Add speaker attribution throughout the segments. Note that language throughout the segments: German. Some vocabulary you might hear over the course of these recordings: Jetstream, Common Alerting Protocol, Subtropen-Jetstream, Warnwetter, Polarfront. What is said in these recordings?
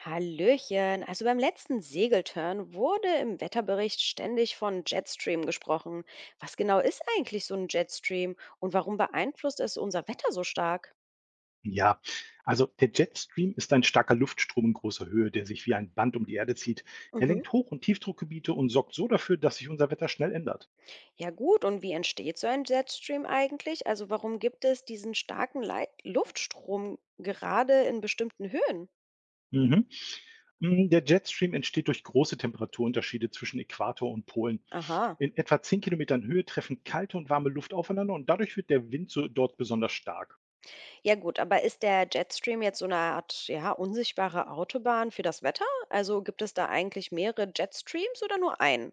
Speaker 1: Hallöchen. Also beim letzten Segelturn wurde im Wetterbericht ständig von Jetstream gesprochen. Was genau ist eigentlich so ein Jetstream und warum beeinflusst es unser Wetter so stark?
Speaker 2: Ja, also der Jetstream ist ein starker Luftstrom in großer Höhe, der sich wie ein Band um die Erde zieht. Er
Speaker 1: Mhm.
Speaker 2: lenkt Hoch- und Tiefdruckgebiete und sorgt so dafür, dass sich unser Wetter schnell ändert.
Speaker 1: Ja gut, und wie entsteht so ein Jetstream eigentlich? Also warum gibt es diesen starken Leit Luftstrom gerade in bestimmten Höhen?
Speaker 2: Mhm. Der Jetstream entsteht durch große Temperaturunterschiede zwischen Äquator und Polen.
Speaker 1: Aha.
Speaker 2: In etwa 10 Kilometern Höhe treffen kalte und warme Luft aufeinander und dadurch wird der Wind so dort besonders stark.
Speaker 1: Ja gut, aber ist der Jetstream jetzt so eine Art, ja, unsichtbare Autobahn für das Wetter? Also gibt es da eigentlich mehrere Jetstreams oder nur einen?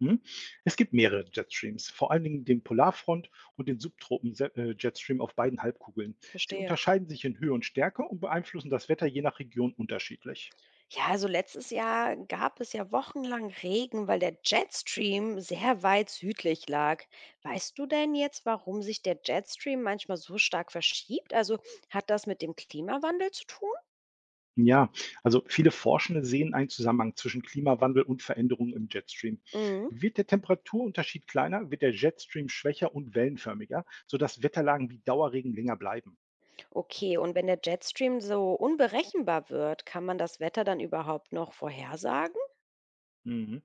Speaker 2: Hm? Es gibt mehrere Jetstreams, vor allen Dingen den Polarfront und den Subtropen-Jetstream auf beiden Halbkugeln. Sie
Speaker 1: Verstehe.
Speaker 2: unterscheiden sich in Höhe und Stärke und beeinflussen das Wetter je nach Region unterschiedlich.
Speaker 1: Ja, also letztes Jahr gab es ja wochenlang Regen, weil der Jetstream sehr weit südlich lag. Weißt du denn jetzt, warum sich der Jetstream manchmal so stark verschiebt? Also hat das mit dem Klimawandel zu tun?
Speaker 2: Ja, also viele Forschende sehen einen Zusammenhang zwischen Klimawandel und Veränderungen im Jetstream.
Speaker 1: Mhm.
Speaker 2: Wird der Temperaturunterschied kleiner, wird der Jetstream schwächer und wellenförmiger, sodass Wetterlagen wie Dauerregen länger bleiben.
Speaker 1: Okay, und wenn der Jetstream so unberechenbar wird, kann man das Wetter dann überhaupt noch vorhersagen?
Speaker 2: Mhm.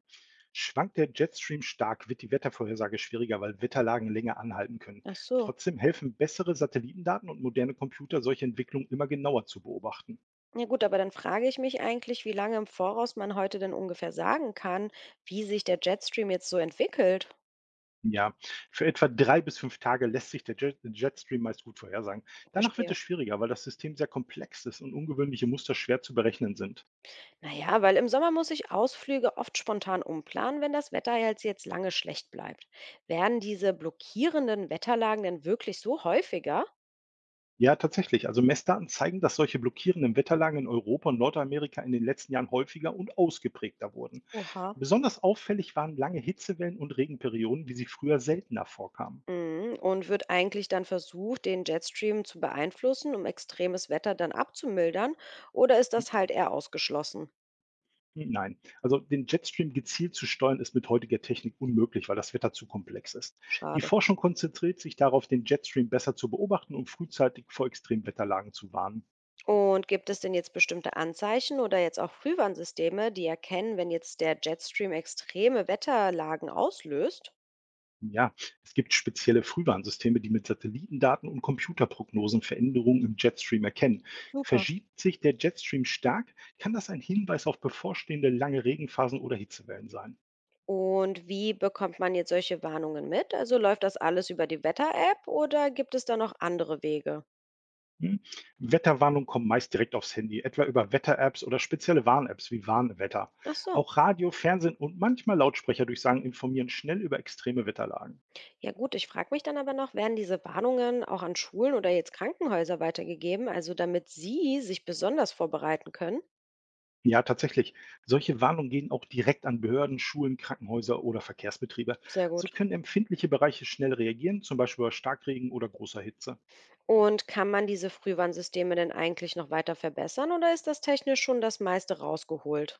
Speaker 2: Schwankt der Jetstream stark, wird die Wettervorhersage schwieriger, weil Wetterlagen länger anhalten können.
Speaker 1: Ach so.
Speaker 2: Trotzdem helfen bessere Satellitendaten und moderne Computer, solche Entwicklungen immer genauer zu beobachten.
Speaker 1: Ja gut, aber dann frage ich mich eigentlich, wie lange im Voraus man heute denn ungefähr sagen kann, wie sich der Jetstream jetzt so entwickelt.
Speaker 2: Ja, für etwa 3 bis 5 Tage lässt sich der Jetstream meist gut vorhersagen. Danach wird
Speaker 1: Verstehe.
Speaker 2: es schwieriger, weil das System sehr komplex ist und ungewöhnliche Muster schwer zu berechnen sind.
Speaker 1: Naja, weil im Sommer muss ich Ausflüge oft spontan umplanen, wenn das Wetter jetzt lange schlecht bleibt. Werden diese blockierenden Wetterlagen denn wirklich so häufiger?
Speaker 2: Ja, tatsächlich. Also Messdaten zeigen, dass solche blockierenden Wetterlagen in Europa und Nordamerika in den letzten Jahren häufiger und ausgeprägter wurden.
Speaker 1: Oha.
Speaker 2: Besonders auffällig waren lange Hitzewellen und Regenperioden, wie sie früher seltener vorkamen.
Speaker 1: Mhm. Und wird eigentlich dann versucht, den Jetstream zu beeinflussen, um extremes Wetter dann abzumildern? Oder ist
Speaker 2: Hm,
Speaker 1: das halt eher ausgeschlossen?
Speaker 2: Nein, also den Jetstream gezielt zu steuern, ist mit heutiger Technik unmöglich, weil das Wetter zu komplex ist. Die
Speaker 1: Schade.
Speaker 2: Forschung konzentriert sich darauf, den Jetstream besser zu beobachten und frühzeitig vor Extremwetterlagen zu warnen.
Speaker 1: Und gibt es denn jetzt bestimmte Anzeichen oder jetzt auch Frühwarnsysteme, die erkennen, wenn jetzt der Jetstream extreme Wetterlagen auslöst?
Speaker 2: Ja, es gibt spezielle Frühwarnsysteme, die mit Satellitendaten und Computerprognosen Veränderungen im Jetstream erkennen.
Speaker 1: Super.
Speaker 2: Verschiebt sich der Jetstream stark, kann das ein Hinweis auf bevorstehende lange Regenphasen oder Hitzewellen sein.
Speaker 1: Und wie bekommt man jetzt solche Warnungen mit? Also läuft das alles über die Wetter-App oder gibt es da noch andere Wege?
Speaker 2: Hm? Wetterwarnungen kommen meist direkt aufs Handy, etwa über Wetter-Apps oder spezielle Warn-Apps wie Warnwetter.
Speaker 1: Ach so.
Speaker 2: Auch Radio, Fernsehen und manchmal Lautsprecherdurchsagen informieren schnell über extreme Wetterlagen.
Speaker 1: Ja gut, ich frage mich dann aber noch, werden diese Warnungen auch an Schulen oder jetzt Krankenhäuser weitergegeben, also damit sie sich besonders vorbereiten können?
Speaker 2: Ja, tatsächlich. Solche Warnungen gehen auch direkt an Behörden, Schulen, Krankenhäuser oder Verkehrsbetriebe.
Speaker 1: Sehr
Speaker 2: So
Speaker 1: gut.
Speaker 2: können empfindliche Bereiche schnell reagieren, zum Beispiel bei Starkregen oder großer Hitze.
Speaker 1: Und kann man diese Frühwarnsysteme denn eigentlich noch weiter verbessern oder ist das technisch schon das meiste rausgeholt?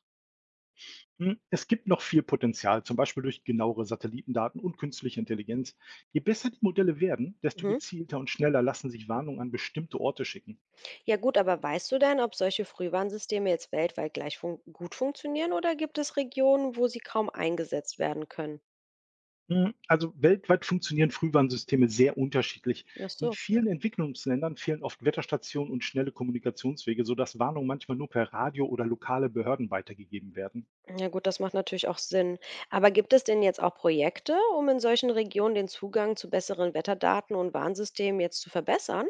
Speaker 2: Es gibt noch viel Potenzial, zum Beispiel durch genauere Satellitendaten und künstliche Intelligenz. Je besser die Modelle werden, desto
Speaker 1: Mhm.
Speaker 2: gezielter und schneller lassen sich Warnungen an bestimmte Orte schicken.
Speaker 1: Ja gut, aber weißt du denn, ob solche Frühwarnsysteme jetzt weltweit gleich fun gut funktionieren oder gibt es Regionen, wo sie kaum eingesetzt werden können?
Speaker 2: Also weltweit funktionieren Frühwarnsysteme sehr unterschiedlich.
Speaker 1: Ach
Speaker 2: In
Speaker 1: so.
Speaker 2: vielen Entwicklungsländern fehlen oft Wetterstationen und schnelle Kommunikationswege, sodass Warnungen manchmal nur per Radio oder lokale Behörden weitergegeben werden.
Speaker 1: Ja gut, das macht natürlich auch Sinn. Aber gibt es denn jetzt auch Projekte, um in solchen Regionen den Zugang zu besseren Wetterdaten und Warnsystemen jetzt zu verbessern?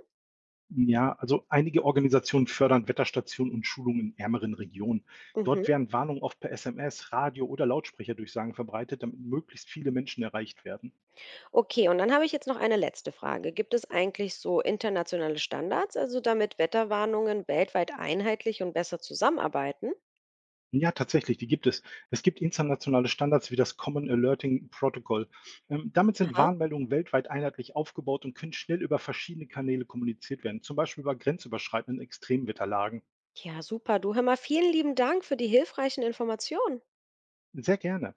Speaker 2: Ja, also einige Organisationen fördern Wetterstationen und Schulungen in ärmeren Regionen.
Speaker 1: Mhm.
Speaker 2: Dort werden Warnungen oft per SMS, Radio oder Lautsprecherdurchsagen verbreitet, damit möglichst viele Menschen erreicht werden.
Speaker 1: Okay, und dann habe ich jetzt noch eine letzte Frage. Gibt es eigentlich so internationale Standards, also damit Wetterwarnungen weltweit einheitlich und besser zusammenarbeiten?
Speaker 2: Ja, tatsächlich, die gibt es. Es gibt internationale Standards wie das Common Alerting Protocol. Damit sind
Speaker 1: Aha.
Speaker 2: Warnmeldungen weltweit einheitlich aufgebaut und können schnell über verschiedene Kanäle kommuniziert werden, zum Beispiel über grenzüberschreitenden Extremwetterlagen.
Speaker 1: Ja, super. Du, hör mal, vielen lieben Dank für die hilfreichen Informationen.
Speaker 2: Sehr gerne.